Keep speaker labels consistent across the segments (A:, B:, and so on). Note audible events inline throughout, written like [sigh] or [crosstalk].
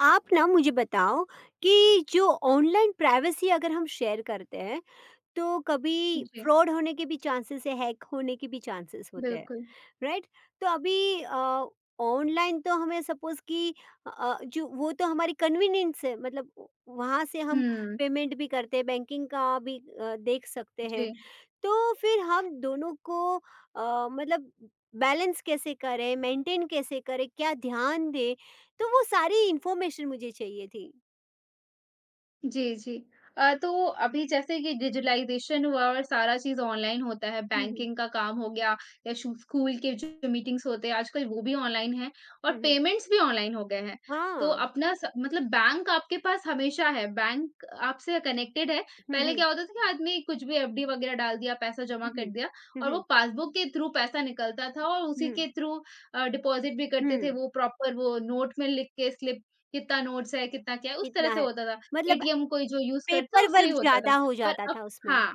A: आप ना मुझे बताओ कि जो ऑनलाइन प्राइवेसी अगर हम शेयर करते हैं तो कभी
B: जी,
A: फ्रॉड होने के भी चांसेस है, हैक होने के भी चांसेस होते हैं।
B: बिल्कुल।
A: राइट, तो अभी ऑनलाइन तो हमें सपोज कि जो वो तो हमारी कन्वीनियंस है, मतलब वहाँ से हम
B: हुँ,
A: पेमेंट भी करते हैं, बैंकिंग का भी देख सकते हैं।
B: जी।
A: तो फिर हम दोनों को मतलब बैलेंस कैसे करें, मेंटेन कैसे करें, क्या ध्यान दें? तो वो सारी इन्फॉर्मेशन मुझे चाहिए थी।
B: जी, जी। तो अभी जैसे कि विजुअलाइज़ेशन हुआ और सारा चीज़ ऑनलाइन होता है,
A: हुँ, हुँ।
B: बैंकिंग का काम हो गया या शु स्कूल के जो मीटिंग्स होते हैं आजकल वो भी ऑनलाइन हैं और
A: हुँ, हुँ।
B: पेमेंट्स भी ऑनलाइन हो गए हैं। तो
A: हाँ।
B: अपना स मतलब बैंक आपके पास हमेशा है, बैंक आपसे कनेक्टेड है।
A: हुँ,
B: पहले
A: हुँ।
B: क्या होता था कि आदमी कुछ भी एफडी वगैरह डाल दिया, पैसा जमा
A: हुँ,
B: कर
A: हुँ।
B: दिया
A: हुँ,
B: और वो
A: हुँ।
B: पासबुक के थ्रू पैसा निकलता था और उसी
A: हुँ,
B: के थ्रू डिपॉज़िट भी करते
A: हुँ।
B: थे। वो प्रॉपर वो नोट में लिख के स्लिप कितना नोट्स है, कितना क्या है, उस तरह
A: कितना
B: से
A: है?
B: होता था।
A: मतलब
B: एटीएम कोई जो यूज़ करता है
A: पेपर
B: उससे ही
A: वर्क
B: होता था।
A: ज़्यादा हो
B: पर
A: जाता
B: अब
A: था उसमें।
B: हाँ,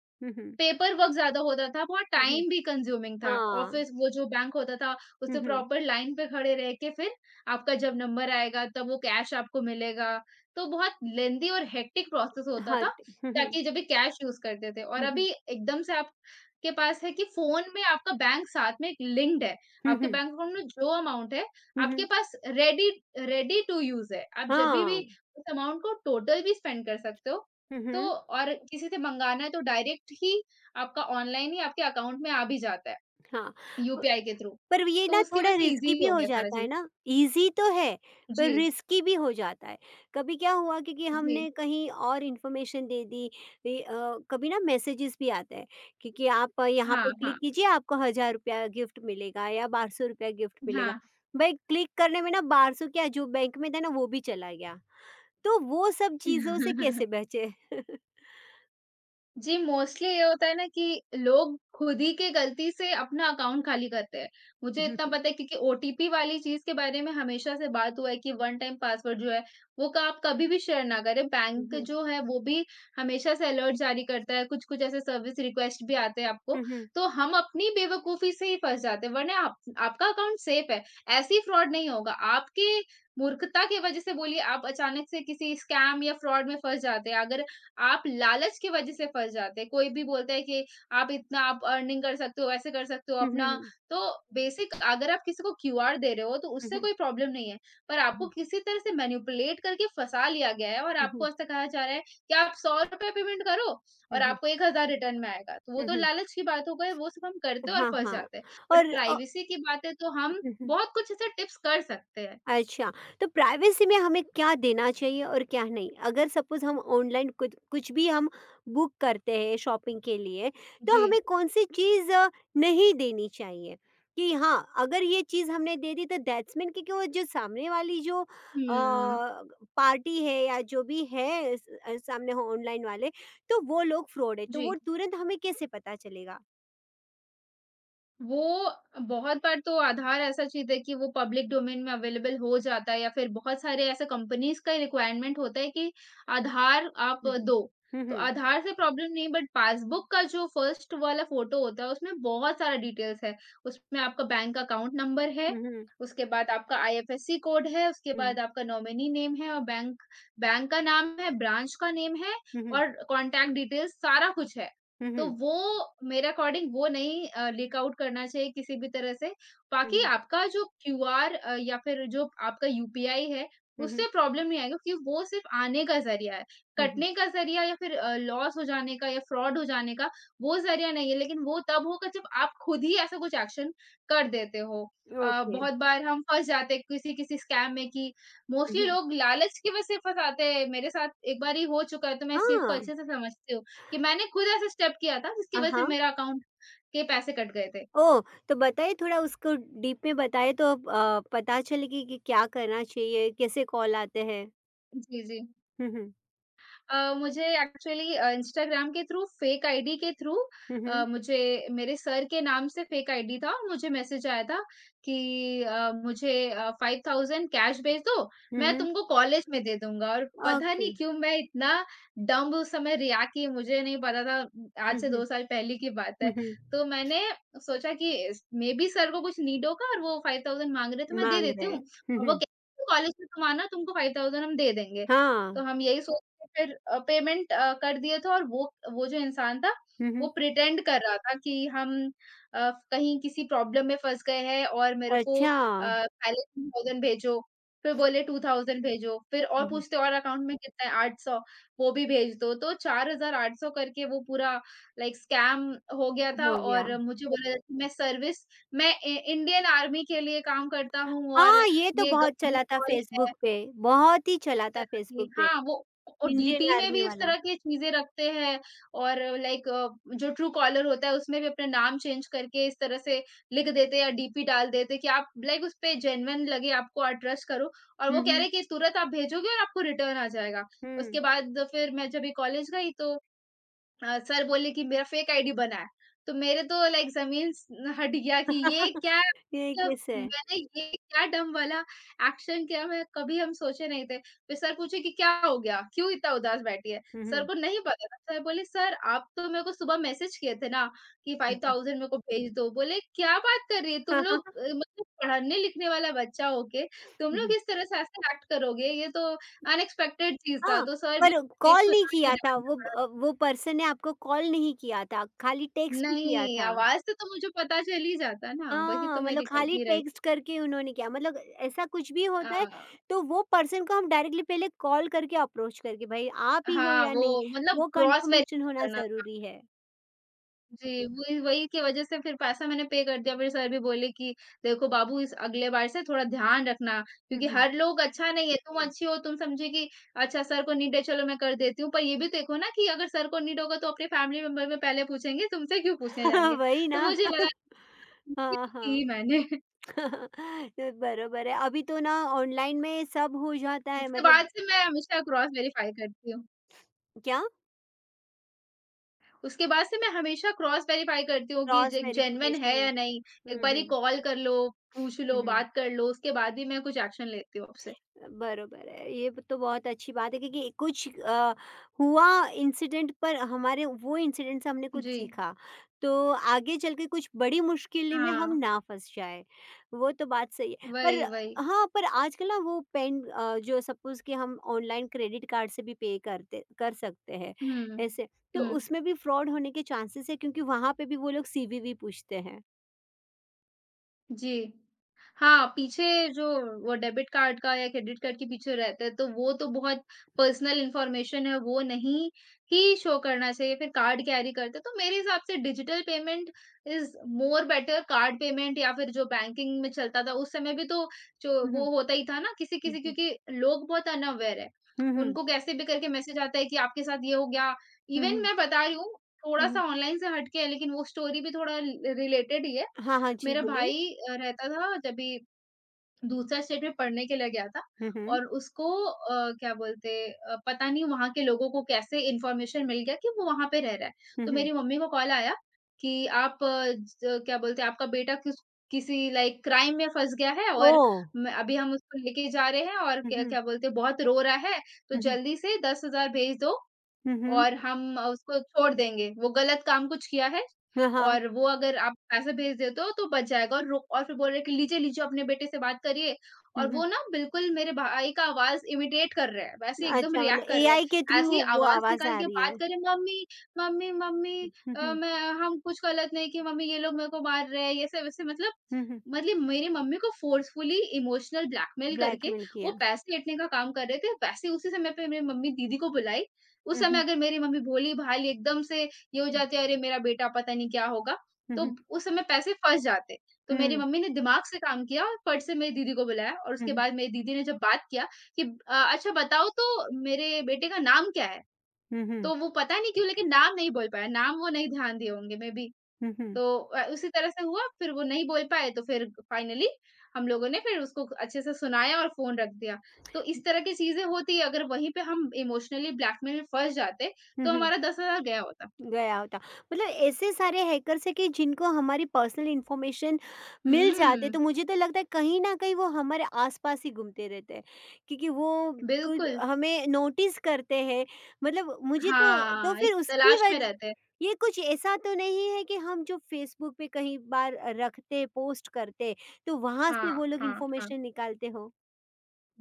A: हुँ, हुँ।
B: पेपर वर्क ज़्यादा होता था, बहुत
A: हुँ, हुँ।
B: टाइम भी कंज़्यूमिंग था।
A: हाँ।
B: ऑफ़िस वो जो बैंक होता था,
A: हुँ,
B: उससे
A: हुँ।
B: प्रॉपर लाइन पे खड़े रह के फिर आपका जब नंबर आएगा तब वो कैश आपको मिलेगा। तो बहुत लेंदी और हेक्टिक प्रोसेस होता था,
A: हट हुँ, हुँ।
B: ताकि जब भी कैश यूज़ करते थे और
A: हुँ, हुँ।
B: अभी एकदम से आपके पास है कि फ़ोन में आपका बैंक साथ में एक लिंक्ड है।
A: हुँ,
B: आपके
A: हुँ।
B: बैंक अकाउंट में जो अमाउंट है,
A: हुँ,
B: आपके
A: हुँ।
B: पास रेडी रेडी टू यूज़ है। आप जभी भी
A: हाँ।
B: उस अमाउंट को टोटल भी स्पेंड कर सकते हो।
A: हुँ,
B: तो
A: हुँ।
B: और किसी से मँगाना है तो डायरेक्ट ही आपका ऑनलाइन ही आपके अकाउंट में आ भी जाता है,
A: हाँ।
B: यूपीआई के थ्रू।
A: पर ये
B: तो
A: ना
B: उसकी वजह
A: थोड़ा
B: से
A: रिस्की
B: ईज़ी
A: भी
B: हो
A: हो
B: गया सारा
A: जाता है
B: चीज़।
A: ना, ईज़ी तो है, पर
B: जी,
A: रिस्की भी हो जाता है। कभी क्या हुआ कि
B: जी।
A: हमने कहीं और इन्फॉर्मेशन दे दी, ये कभी ना मैसेजेस भी आते हैं कि आप यहाँ
B: हाँ,
A: पे
B: हाँ,
A: क्लिक कीजिए, आपको ₹1000 गिफ्ट मिलेगा या ₹1200 गिफ्ट मिलेगा।
B: हाँ।
A: भई क्लिक करने में ना 1200 क्या जो बैंक में था ना, वो भी चला गया। तो वो सब चीज़ों से कैसे
B: [laughs]
A: बचें?
B: जी, मोस्टली ये होता है ना कि लोग खुद ही के गलती से अपना अकाउंट खाली करते हैं। मुझे
A: हुँ,
B: इतना
A: हुँ।
B: पता है क्योंकि ओटीपी वाली चीज़ के बारे में हमेशा से बात हुआ है कि वन टाइम पासवर्ड जो है, वो का आप कभी भी शेयर ना करें।
A: हुँ,
B: बैंक
A: हुँ।
B: जो है वो भी हमेशा से अलर्ट जारी करता है, कुछ-कुछ ऐसे सर्विस रिक्वेस्ट भी आते हैं आपको।
A: हुँ,
B: तो हम अपनी बेवकूफ़ी से ही फँस जाते हैं वरना आप आपका अकाउंट सेफ है, ऐसे ही फ्रॉड नहीं होगा। आपके मूर्खता की वज़ह से बोलिए आप अचानक से किसी स्कैम या फ्रॉड में फँस जाते हैं। अगर आप लालच की वजह से फँस जाते हैं। कोई भी बोलता है कि आप इतना आप अर्निंग कर सकते हो, ऐसे कर सकते हो
A: हुँ। हुँ,
B: अपना
A: हुँ।
B: तो बेसिक अगर आप किसी को क्यूआर दे रहे हो तो
A: हुँ,
B: उससे
A: हुँ।
B: कोई प्रॉब्लम नहीं है। पर आपको
A: हुँ,
B: किसी तरह से मैनिपुलेट करके फँसा लिया गया है और
A: हुँ।
B: आपको
A: हुँ,
B: ऐसा कहा जा रहा है कि आप ₹100 पेमेंट करो और
A: हुँ।
B: आपको 1000 रिटर्न में आएगा। तो वो
A: हुँ,
B: तो
A: हुँ।
B: लालच की बात हो गई, वो सब हम करते हैं
A: [laughs]
B: और
A: हाँ,
B: फँस
A: हाँ।
B: जाते हैं। बट
A: और
B: प्राइवेसी की बात है तो हम
A: हुँ, हुँ।
B: बहुत कुछ ऐसे टिप्स कर सकते हैं।
A: अच्छा, तो प्राइवेसी में हमें क्या देना चाहिए और क्या नहीं? अगर सपोज़ हम ऑनलाइन कुछ कुछ भी हम बुक करते हैं शॉपिंग के लिए, तो
B: जी।
A: हमें कौन-सी चीज़ नहीं देनी चाहिए? कि हाँ, अगर ये चीज़ हमने दे दी तो दैट्स मीन, क्योंकि वो जो सामने वाली जो
B: हुँ।
A: पार्टी है या जो भी है, सामने हो ऑनलाइन वाले, तो वो लोग फ्रॉड है, तो
B: जी।
A: वो तुरंत हमें कैसे पता चलेगा?
B: वो बहुत बार तो आधार ऐसा चीज़ है कि वो पब्लिक डोमेन में अवेलेबल हो जाता है या फिर बहुत सारे ऐसे कंपनीज़ का रिक्वायरमेंट होता है कि आधार आप
A: हुँ, हुँ।
B: दो।
A: हुँ,
B: तो
A: हुँ।
B: आधार से प्रॉब्लम नहीं बट पासबुक का जो फर्स्ट वाला फ़ोटो होता है उसमें बहुत सारा डिटेल्स है। उसमें आपका बैंक अकाउंट नंबर है, उसके बाद आपका आईएफएससी कोड है, उसके
A: हुँ,
B: बाद
A: हुँ।
B: आपका नॉमिनी नेम है और बैंक बैंक का नाम है, ब्रांच का नेम है
A: हुँ, हुँ।
B: और कॉन्टैक्ट डिटेल्स सारा कुछ है।
A: हुँ,
B: तो
A: हुँ।
B: वो मेरे अकॉर्डिंग वो नहीं लीक आउट करना चाहिए किसी भी तरह से।
A: हुँ,
B: बाकी
A: हुँ।
B: आपका जो क्यूआर या फिर जो आपका यूपीआई है,
A: हुँ,
B: उससे
A: हुँ।
B: प्रॉब्लम नहीं आएगा क्योंकि वो सिर्फ़ आने का ज़रिया है।
A: हुँ, हुँ। हुँ, हुँ।
B: कटने का ज़रिया या फिर लॉस हो जाने का या फ्रॉड हो जाने का, वो ज़रिया नहीं है। लेकिन वो तब होगा जब आप खुद ही ऐसा कुछ एक्शन कर देते हो।
A: ओके।
B: बहुत बार हम फँस जाते हैं किसी-किसी स्कैम में कि मोस्टली
A: उहुँ।
B: लोग लालच की वजह से फँसाते हैं। मेरे साथ एक बार ही हो चुका है, तो मैं इस चीज़ को
A: हाँ।
B: अच्छे से समझती हूँ। कि मैंने खुद ऐसा स्टेप किया था जिसकी वजह से
A: हाँ।
B: मेरा अकाउंट के पैसे कट गए थे।
A: ओह! तो बताइए थोड़ा उसको डीप में बताइए तो पता चले कि क्या करना चाहिए, कैसे कॉल आते हैं?
B: जी, जी।
A: हुँ, हुँ।
B: मुझे एक्चुअली इंस्टाग्राम के थ्रू फेक आईडी के थ्रू
A: हुँ, हुँ।
B: मुझे मेरे सर के नाम से फेक आईडी था और मुझे मैसेज आया था कि मुझे 5000 कैश भेज दो
A: हुँ,
B: मैं
A: हुँ।
B: तुमको कॉलेज में दे दूंगा और पता
A: ओके।
B: नहीं क्यों मैं इतना डम्ब उस समय रिएक्ट की मुझे नहीं पता था आज
A: हुँ,
B: से दो
A: हुँ।
B: साल पहले की बात है
A: हुँ, हुँ।
B: तो मैंने सोचा कि मे बी सर को कुछ नीड होगा और वो 5000 मांग रहे तो मैं दे
A: माँग
B: देती
A: रहे हैं।
B: हूँ
A: हुँ,
B: और वो
A: हुँ।
B: कॉलेज में तुम आना तुमको 5000 हम दे देंगे
A: हाँ।
B: तो हम यही सोच फिर पेमेंट कर दिए थे और वो जो इंसान था,
A: हुँ,
B: वो
A: हुँ।
B: प्रिटेंड कर रहा था कि हम कहीं किसी प्रॉब्लम में फँस गए हैं और मेरे को
A: अच्छा।
B: पहले 2000 भेजो, फिर बोले 2000 भेजो, फिर और
A: हुँ, हुँ।
B: पूछते और अकाउंट में कितना है 800 वो भी भेज दो, तो 4800 करके वो पूरा लाइक स्कैम हो गया था
A: हो गया।
B: और मुझे बोला था कि मैं सर्विस मैं इ इंडियन आर्मी के लिए काम करता हूँ और
A: हाँ, ये तो
B: ये
A: बहुत
B: गवर्नमेंट
A: चला था
B: कॉल है
A: फ़ेसबुक पे, बहुत ही
B: इस
A: चला था
B: तरह की
A: फ़ेसबुक पे,
B: हाँ, वो और
A: इंडियन
B: डीपी में
A: आर्मी
B: भी इस
A: वाला।
B: तरह की चीज़ें रखते हैं और लाइक जो ट्रू कॉलर होता है उसमें भी अपना नाम चेंज करके इस तरह से लिख देते हैं या डीपी डाल देते हैं कि आप लाइक उस पे जेन्युइन लगे आपको आप ट्रस्ट करो और वो
A: हुँ,
B: कह रहे
A: हुँ।
B: हैं कि तुरंत आप भेजोगे और आपको रिटर्न आ जाएगा।
A: हुँ।
B: उसके बाद फिर मैं जब भी कॉलेज गई तो सर बोले कि मेरा फेक आईडी बना है। तो मेरे तो लाइक ज़मीन स हट गया कि ये
A: [laughs]
B: क्या है?
A: ये
B: मतलब
A: कैसे है?
B: मैंने ये क्या डंब वाला एक्शन किया मैं कभी हम सोचे नहीं थे। फिर सर पूछे कि क्या हो गया? क्यों इतना उदास बैठी है?
A: हुँ,
B: सर
A: हुँ।
B: को नहीं पता था। सर बोले सर आप तो मेरे को सुबह मैसेज किए थे ना कि
A: हुँ, हुँ।
B: 5000 मेरे को भेज दो। बोले क्या बात कर रही है? तुम
A: हाँ,
B: लोग
A: हाँ, हाँ।
B: मतलब पढ़ने-लिखने वाला बच्चा हो के तुम
A: हुँ,
B: लोग
A: हुँ।
B: इस तरह से ऐसे एक्ट करोगे? ये तो अनएक्सपेक्टेड चीज़ था।
A: हाँ,
B: तो सर भी
A: पर
B: लाइक
A: कॉल नहीं
B: सुना के
A: किया
B: डाँट
A: था
B: भी
A: वो
B: पड़ा।
A: वो पर्सन ने आपको कॉल नहीं किया था, खाली टेक्स्ट ही किया
B: नहीं,
A: था।
B: आवाज़ से तो मुझे पता चल ही जाता ना, वही तो
A: हाँ,
B: मेरी
A: मतलब खाली
B: गलती रही।
A: टेक्स्ट करके उन्होंने किया, मतलब ऐसा कुछ भी
B: अ,
A: होता है, तो वो पर्सन को हम डायरेक्टली पहले कॉल करके अप्रोच करके भाई आप ही हो
B: हाँ,
A: या नहीं,
B: वो मतलब
A: वो
B: क्रॉस
A: कन्फर्मेशन
B: वेरीफ़ाई
A: होना
B: करना था।
A: ज़रूरी है।
B: जी, वही वही की वजह से फिर पैसा मैंने पे कर दिया, फिर सर भी बोले कि देखो बाबू इस अगले बार से थोड़ा ध्यान रखना,
A: हुँ,
B: क्योंकि
A: हुँ।
B: हर लोग अच्छा नहीं है, तुम अच्छी हो, तुम समझे कि अच्छा सर को नीड है चलो मैं कर देती हूँ, पर ये भी तो देखो ना कि अगर सर को नीड होगा तो अपने फैमिली मेंबर में पहले पूछेंगे, तुमसे क्यों पूछने जाएँगे?
A: [laughs] वही ना।
B: तो मुझे लगा
A: [laughs]
B: कि गलती
A: हाँ,
B: तो की
A: हाँ।
B: ही मैंने। [laughs]
A: [laughs] ये बरोबर है, अभी तो ना ऑनलाइन में सब हो जाता है
B: उसके बाद
A: मतलब।
B: से मैं हमेशा क्रॉस वेरीफ़ाई करती हूँ।
A: क्या?
B: उसके बाद से मैं हमेशा क्रॉस वेरीफाई करती हूँ कि
A: क्रॉस
B: जे जेन्युइन है
A: वेरिफिकेशन।
B: या नहीं। एक
A: हुँ,
B: बारी
A: हुँ।
B: कॉल कर लो, पूछ
A: हुँ,
B: लो,
A: हुँ।
B: बात कर लो, उसके बाद ही मैं कुछ एक्शन लेती हूँ आपसे।
A: बरोबर है। ये तो बहुत अच्छी बात है, क्योंकि कुछ हुआ इंसिडेंट, पर हमारे वो इंसिडेंट से हमने कुछ
B: जी।
A: सीखा। तो आगे चल के कुछ बड़ी मुश्किल में हम
B: हाँ,
A: ना फँस जाएँ। वो तो बात सही है। पर
B: वही, वही।
A: हाँ, पर आजकल ना वो पेन जो सपोज़ कि हम ऑनलाइन क्रेडिट कार्ड से भी पे करते कर सकते हैं,
B: हुँ।
A: ऐसे। तो
B: हुँ।
A: उसमें भी फ्रॉड होने के चांसेस है, क्योंकि वहाँ पे भी वो लोग सीवीवी पूछते हैं।
B: जी। हाँ, पीछे जो वो डेबिट कार्ड का या क्रेडिट कार्ड के पीछे रहता है, तो वो तो बहुत पर्सनल इन्फॉर्मेशन है, वो नहीं ही शो करना चाहिए, फिर कार्ड कैरी करते हैं। तो मेरे हिसाब से digital payment is more better card payment या फिर जो बैंकिंग में चलता था, उस समय भी तो जो
A: हुँ, हुँ।
B: वो होता ही था ना
A: हुँ,
B: किसी-किसी
A: हुँ।
B: क्योंकि लोग बहुत अनअवेयर है।
A: हुँ, हुँ।
B: उनको कैसे भी करके मैसेज आता है कि आपके साथ ये हो गया।
A: हुँ,
B: इवन
A: हुँ।
B: मैं बता रही हूँ,
A: हुँ,
B: थोड़ा-सा
A: हुँ।
B: ऑनलाइन से हट के है, लेकिन वो स्टोरी भी थोड़ा रिलेटेड ही है।
A: हाँ, हाँ। जी,
B: मेरा
A: बोलिए।
B: भाई रहता था जब भी दूसरा स्टेट में पढ़ने के लिए गया था
A: हुँ, हुँ।
B: और उसको पता नहीं वहाँ के लोगों को कैसे इन्फॉर्मेशन मिल गया कि वो वहाँ पे रह रहा है।
A: हुँ,
B: तो
A: हुँ।
B: मेरी मम्मी को कॉल आया कि आप अ, ज क्या बोलते हैं आपका बेटा किसी लाइक क्राइम में फँस गया है और
A: ओह!
B: म अभी हम उसको लेके जा रहे हैं और
A: हुँ,
B: क्या
A: हुँ।
B: क्या बोलते हैं बहुत रो रहा है, तो
A: हुँ, हुँ।
B: जल्दी से 10,000 भेज दो
A: हुँ, हुँ।
B: और हम उसको छोड़ देंगे। वो गलत काम कुछ किया है
A: हाँ, हाँ।
B: और वो अगर आप पैसे भेज देते हो तो बच जाएगा और रो और फिर बोल रहे हैं कि लीजिए, लीजिए अपने बेटे से बात करिए
A: हुँ,
B: और वो
A: हुँ।
B: ना बिल्कुल मेरे भाई का आवाज़ इमिटेट कर रहे हैं, वैसे ही एकदम
A: अच्छा, मतलब
B: रिएक्ट कर रहे हैं।
A: एआई के
B: ऐसे
A: थ्रू
B: ही
A: वो
B: आवाज़
A: आवाज़
B: निकाल
A: आ
B: के
A: रही
B: बात
A: है।
B: कर रहे हैं, "मम्मी, मम्मी, मम्मी
A: हुँ, हुँ।
B: मैं हम कुछ गलत नहीं किए मम्मी, ये लोग मेरे को मार रहे हैं।" ये सब ऐसे मतलब
A: हुँ, हुँ।
B: मतलब मेरी मम्मी को फ़ोर्सफुली इमोशनल ब्लैकमेल करके
A: ब्लैकमेल
B: वो
A: किया।
B: पैसे ऐंठने का काम कर रहे थे। वैसे उसी समय पे मेरी मम्मी दीदी को बुलाई उस
A: हुँ,
B: समय
A: हुँ।
B: अगर मेरी मम्मी भोली-भाली एकदम से ये हो जाती है, "अरे! "मेरा बेटा पता नहीं क्या होगा?"
A: हुँ,
B: तो
A: हुँ।
B: उस समय पैसे फँस जाते। तो
A: हुँ,
B: मेरी
A: हुँ।
B: मम्मी ने दिमाग से काम किया और फट से मेरी दीदी को बुलाया और
A: हुँ,
B: उसके
A: हुँ।
B: बाद मेरी दीदी ने जब बात किया कि "अच्छा बताओ तो मेरे बेटे का नाम क्या है?"
A: हुँ, हुँ।
B: तो वो पता नहीं क्यों लेकिन नाम नहीं बोल पाया, नाम वो नहीं ध्यान दिए होंगे, मेबी।
A: हुँ, हुँ।
B: तो उसी तरह से हुआ, फिर वो नहीं बोल पाए तो फिर फाइनली हम लोगों ने फिर उसको अच्छे से सुनाया और फ़ोन रख दिया। तो इस तरह की चीज़ें होती है, अगर वहीं पे हम इमोशनली ब्लैकमेल में फँस जाते,
A: हुँ,
B: तो
A: हुँ। हुँ।
B: हमारा 10,000 गया होता।
A: गया होता। मतलब ऐसे सारे हैकर्स हैं कि जिनको हमारी पर्सनल इन्फॉर्मेशन मिल जाते
B: हुँ,
A: तो मुझे तो लगता है कहीं न कहीं वो हमारे आस-पास ही घूमते रहते हैं। क्योंकि वो कुछ
B: बिल्कुल।
A: हमें नोटिस करते हैं, मतलब मुझे तो। तो
B: हाँ, इस
A: फिर उसकी
B: तलाश में
A: वज,
B: रहते हैं।
A: ये कुछ ऐसा तो नहीं है कि हम जो फ़ेसबुक पे कहीं बार रखते, पोस्ट करते तो वहाँ से वो
B: हाँ,
A: लोग
B: हाँ, हाँ।
A: इन्फॉर्मेशन निकालते हो?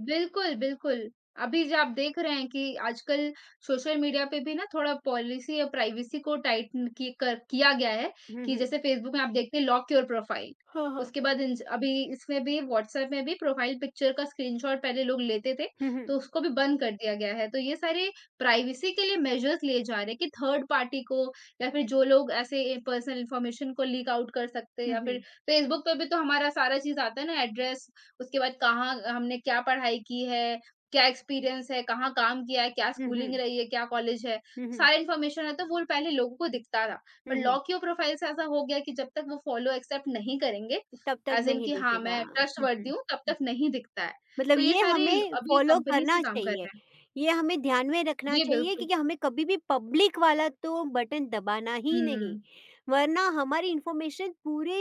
B: बिल्कुल, बिल्कुल। अभी जो आप देख रहे हैं कि आजकल सोशल मीडिया पे भी ना थोड़ा पॉलिसी या प्राइवेसी को टाइटन की कर किया गया है,
A: हुँ,
B: कि
A: हुँ।
B: जैसे फ़ेसबुक में आप देखते हैं लॉक योर प्रोफाइल।
A: हाँ, हाँ।
B: उसके बाद इंस अभी इसमें भी व्हाट्सएप में भी प्रोफाइल पिक्चर का स्क्रीनशॉट पहले लोग लेते थे,
A: हुँ, हुँ।
B: तो उसको भी बंद कर दिया गया है। तो ये सारे प्राइवेसी के लिए मेजर्स लिए जा रहे हैं कि थर्ड पार्टी को या फिर जो लोग ऐसे ए पर्सनल इन्फॉर्मेशन को लीक आउट कर सकते हैं
A: हुँ,
B: या फिर
A: हुँ।
B: फ़ेसबुक पे भी तो हमारा सारा चीज़ आता है ना, एड्रेस, उसके बाद कहाँ हमने क्या पढ़ाई की है, क्या एक्सपीरियंस है, कहाँ काम किया है, क्या
A: हुँ,
B: स्कूलिंग
A: हुँ।
B: रही है, क्या कॉलेज है,
A: हुँ, हुँ।
B: सारी इन्फॉर्मेशन है तो वो पहले लोगों को दिखता था। पर
A: हुँ, हुँ।
B: लॉ-क्यू प्रोफाइल से ऐसा हो गया कि जब तक वो फॉलो एक्सेप्ट नहीं करेंगे,
A: तब तक
B: ऐज़ इन
A: नहीं
B: कि हाँ,
A: दिखेगा।
B: मैं
A: हुँ,
B: ट्रस्टवर्दी
A: हुँ।
B: हूँ, तब तक नहीं दिखता है।
A: मतलब
B: तो ये
A: ये
B: सारे ल
A: हमें
B: अभी
A: फ़ॉलो
B: कंपनीज़ भी
A: करना
B: काम कर
A: चाहिए,
B: रहे हैं।
A: ये हमें ध्यान में रखना
B: जी,
A: चाहिए,
B: बिल्कुल।
A: क्योंकि हमें कभी भी पब्लिक वाला तो बटन दबाना ही नहीं,
B: हुँ।
A: वरना हमारी इन्फॉर्मेशन पूरे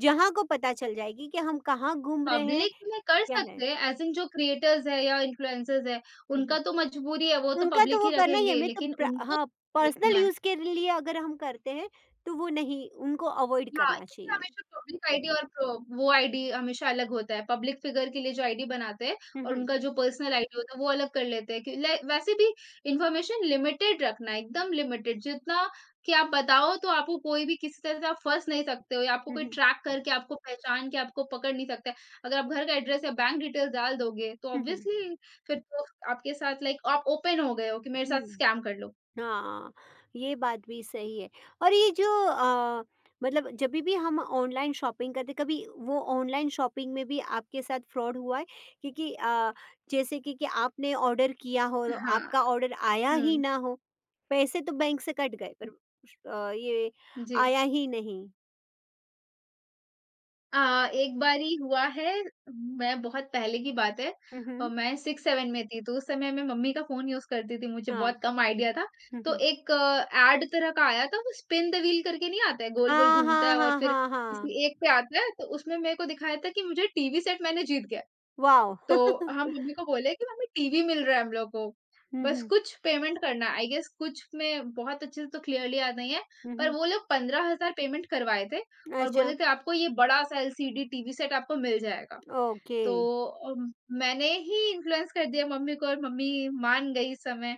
A: जहाँ को पता चल जाएगी कि हम कहाँ घूम रहे हैं,
B: पब्लिक में कर
A: क्या है।
B: सकते हैं ऐज़ इन जो क्रिएटर्स हैं या इन्फ्लुएंसर्स हैं,
A: हुँ,
B: उनका
A: हुँ।
B: तो मजबूरी है, वो तो
A: उनका तो
B: पब्लिक
A: वो
B: ही
A: करना ही है,
B: रखेंगे,
A: मैं तो
B: लेकिन
A: प्र
B: उनको
A: हाँ, पर्सनल
B: देखना है।
A: यूज़ के लिए अगर हम करते हैं, तो वो नहीं, उनको अवॉइड
B: हाँ,
A: करना
B: इसलिए
A: चाहिए।
B: हमेशा पब्लिक आईडी और प्र वो आईडी हमेशा अलग होता है। पब्लिक फिगर के लिए जो आईडी बनाते हैं
A: हुँ,
B: और
A: हुँ।
B: उनका जो पर्सनल आईडी होता है वो अलग कर लेते हैं कि ले वैसे भी इन्फॉर्मेशन लिमिटेड रखना है, एकदम लिमिटेड जितना कि आप बताओ तो आपको कोई भी किसी तरह से आप फँस नहीं सकते हो या आपको
A: हुँ,
B: कोई
A: हुँ।
B: ट्रैक करके आपको पहचान के आपको पकड़ नहीं सकता है। अगर आप घर का एड्रेस या बैंक डिटेल्स डाल दोगे तो
A: हुँ, हुँ।
B: ऑब्वियसली फिर तो आपके साथ लाइक आप ओपन हो गए हो कि मेरे साथ
A: हुँ।
B: स्कैम कर लो।
A: हाँ, ये बात भी सही है। और ये जो मतलब जभी भी हम ऑनलाइन शॉपिंग करते, कभी वो ऑनलाइन शॉपिंग में भी आपके साथ फ्रॉड हुआ है? क्योंकि जैसे कि आपने ऑर्डर किया हो और
B: हाँ,
A: आपका ऑर्डर आया ही
B: हुँ।
A: ना हो, पैसे तो बैंक से कट गए पर ये
B: जी।
A: आया ही नहीं।
B: एक बारी हुआ है, मैं बहुत पहले की बात है।
A: हुँ, हुँ।
B: मैं 6-7 में थी, तो उस समय मैं मम्मी का फ़ोन यूज़ करती थी, मुझे
A: हाँ।
B: बहुत कम आइडिया था।
A: हुँ,
B: तो
A: हुँ।
B: एक एड तरह का आया था, वो स्पिन द व्हील करके नहीं आता है, गोल-गोल
A: हाँ,
B: घूमता
A: हाँ,
B: है और
A: हाँ,
B: फिर
A: हाँ, हाँ।
B: किसी एक पे आता है, तो उसमें मेरे को दिखाया था कि मुझे टीवी सेट मैंने जीत गया है।
A: वॉव!
B: तो हम मम्मी को बोले कि मम्मी टीवी मिल रहा है हम लोग को।
A: हुँ,
B: बस
A: हुँ।
B: कुछ पेमेंट करना है, आई गेस कुछ में बहुत अच्छे से तो क्लियरली याद नहीं है,
A: हुँ,
B: पर
A: हुँ।
B: वो लोग 15,000 पेमेंट करवाए थे
A: [laughs]
B: और
A: अच्छा,
B: बोले थे आपको ये बड़ा-सा एलसीडी टीवी सेट आपको मिल जाएगा।
A: ओके।
B: तो अम, मैंने ही इन्फ्लुएंस कर दिया मम्मी को और मम्मी मान गई इस समय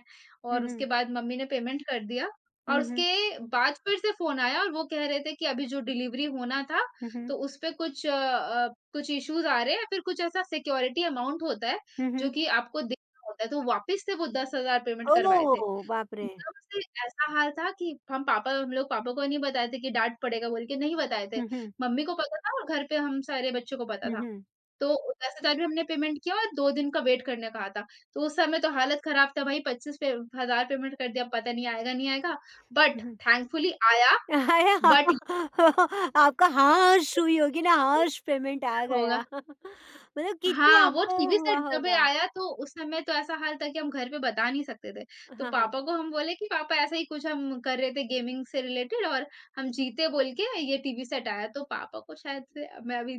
A: हुँ,
B: और
A: हुँ।
B: उसके बाद मम्मी ने पेमेंट कर दिया और
A: हुँ, हुँ।
B: उसके बाद फिर से फ़ोन आया और वो कह रहे थे कि अभी जो डिलीवरी होना था,
A: हुँ, हुँ।
B: तो उस पे कुछ कुछ इश्यूज़ आ रहे हैं, फिर कुछ ऐसा सिक्योरिटी अमाउंट होता है,
A: हुँ,
B: जो
A: हुँ।
B: कि आपको देना होता है, तो वापस से वो 10,000 पेमेंट करवाए थे।
A: ओह! बाप रे!
B: एकदम से ऐसा हाल था कि हम लोग पापा को नहीं बताए थे कि डाँट पड़ेगा बोल के नहीं बताए थे।
A: हुँ, हुँ।
B: मम्मी को पता था और घर पे हम सारे बच्चों को पता
A: हुँ,
B: था।
A: हुँ।
B: तो 10,000 भी हमने पेमेंट किया और 2 दिन का वेट करने कहा था। तो उस समय तो हालत खराब था भाई, 25 पे हज़ार पेमेंट कर दिया, पता नहीं आएगा, नहीं आएगा। But
A: hmm, hmm.
B: थैंकफुली आया।
A: अरे हाँ,
B: बट ये
A: [laughs] आपका हाश हुई
B: सोचिए
A: होगी ना,
B: देखिए कि
A: हाश पेमेंट आ
B: क्या
A: गया।
B: होगा?
A: [laughs] मतलब कितनी
B: हाँ, वो
A: आपको
B: टीवी
A: हुआ
B: सेट जब ये
A: होगा?
B: आया तो उस समय तो ऐसा हाल था कि हम घर पे बता नहीं सकते थे। तो
A: हाँ, हाँ।
B: पापा को हम बोले कि पापा ऐसा ही कुछ हम कर रहे थे गेमिंग से रिलेटेड और हम जीते बोल के ये टीवी सेट आया। तो पापा को शायद से मैं अभी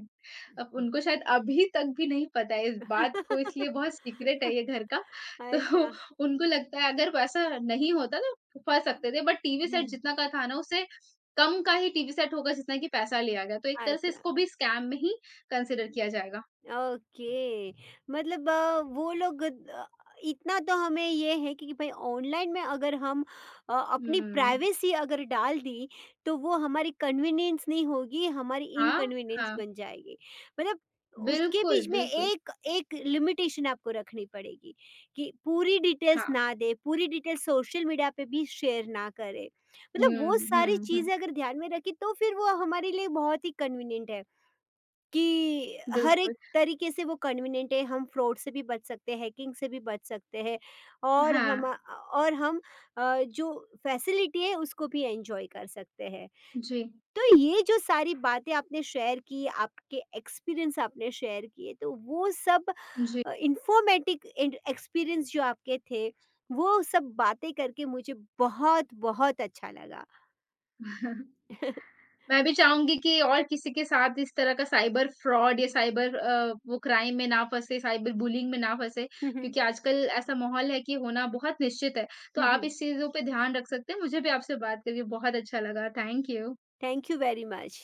B: अब उनको शायद अभी तक भी नहीं पता है इस बात को, इसलिए बहुत
A: [laughs]
B: सीक्रेट है ये घर का। [laughs] तो
A: अच्छा।
B: उनको लगता है अगर वैसा नहीं होता तो फँस सकते थे, बट टीवी
A: हुँ,
B: सेट
A: हुँ।
B: जितना का था ना उससे कम का ही टीवी सेट होगा जितना कि पैसा लिया गया। तो एक तरह से
A: अच्छा।
B: इसको भी स्कैम में ही कंसीडर किया जाएगा।
A: ओके, मतलब वो लोग इतना तो हमें ये है कि भाई ऑनलाइन में अगर हम अपनी
B: हुँ।
A: प्राइवेसी अगर डाल दी तो वो हमारी कन्वीनियंस नहीं होगी, हमारी
B: हाँ,
A: इनकन्वीनियंस
B: हाँ।
A: बन जाएगी। मतलब उसके
B: बिल्कुल,
A: बीच में
B: बिल्कुल।
A: एक एक लिमिटेशन आपको रखनी पड़ेगी कि पूरी डिटेल्स
B: हाँ।
A: ना दे, पूरी डिटेल्स सोशल मीडिया पे भी शेयर ना करे। मतलब
B: हुँ,
A: वो सारी
B: हुँ, हुँ।
A: चीज़ें अगर ध्यान में रखी तो फिर वो हमारे लिए बहुत ही कन्वीनियंट है कि हर
B: बिल्कुल।
A: एक तरीके से वो कन्वीनिएंट है, हम फ्रॉड से भी बच सकते हैं, हैकिंग से भी बच सकते हैं और
B: हाँ।
A: हम जो फैसिलिटी है उसको भी एंजॉय कर सकते हैं।
B: जी,
A: तो ये जो सारी बातें आपने शेयर की, आपके एक्सपीरियंस आपने शेयर किए, तो वो सब
B: जी।
A: इंफॉर्मेटिक एक्सपीरियंस जो आपके थे, वो सब बातें करके मुझे बहुत बहुत अच्छा लगा।
B: [laughs] मैं भी चाहूँगी कि और किसी के साथ इस तरह का साइबर फ्रॉड या साइबर वो क्राइम में ना फँसे, साइबर बुलिंग में ना फँसे क्योंकि
A: [laughs]
B: आजकल ऐसा माहौल है कि होना बहुत निश्चित है। तो आप इस चीज़ों पे ध्यान रख सकते हैं। मुझे भी आपसे बात करके बहुत अच्छा लगा। Thank you.
A: Thank you very much.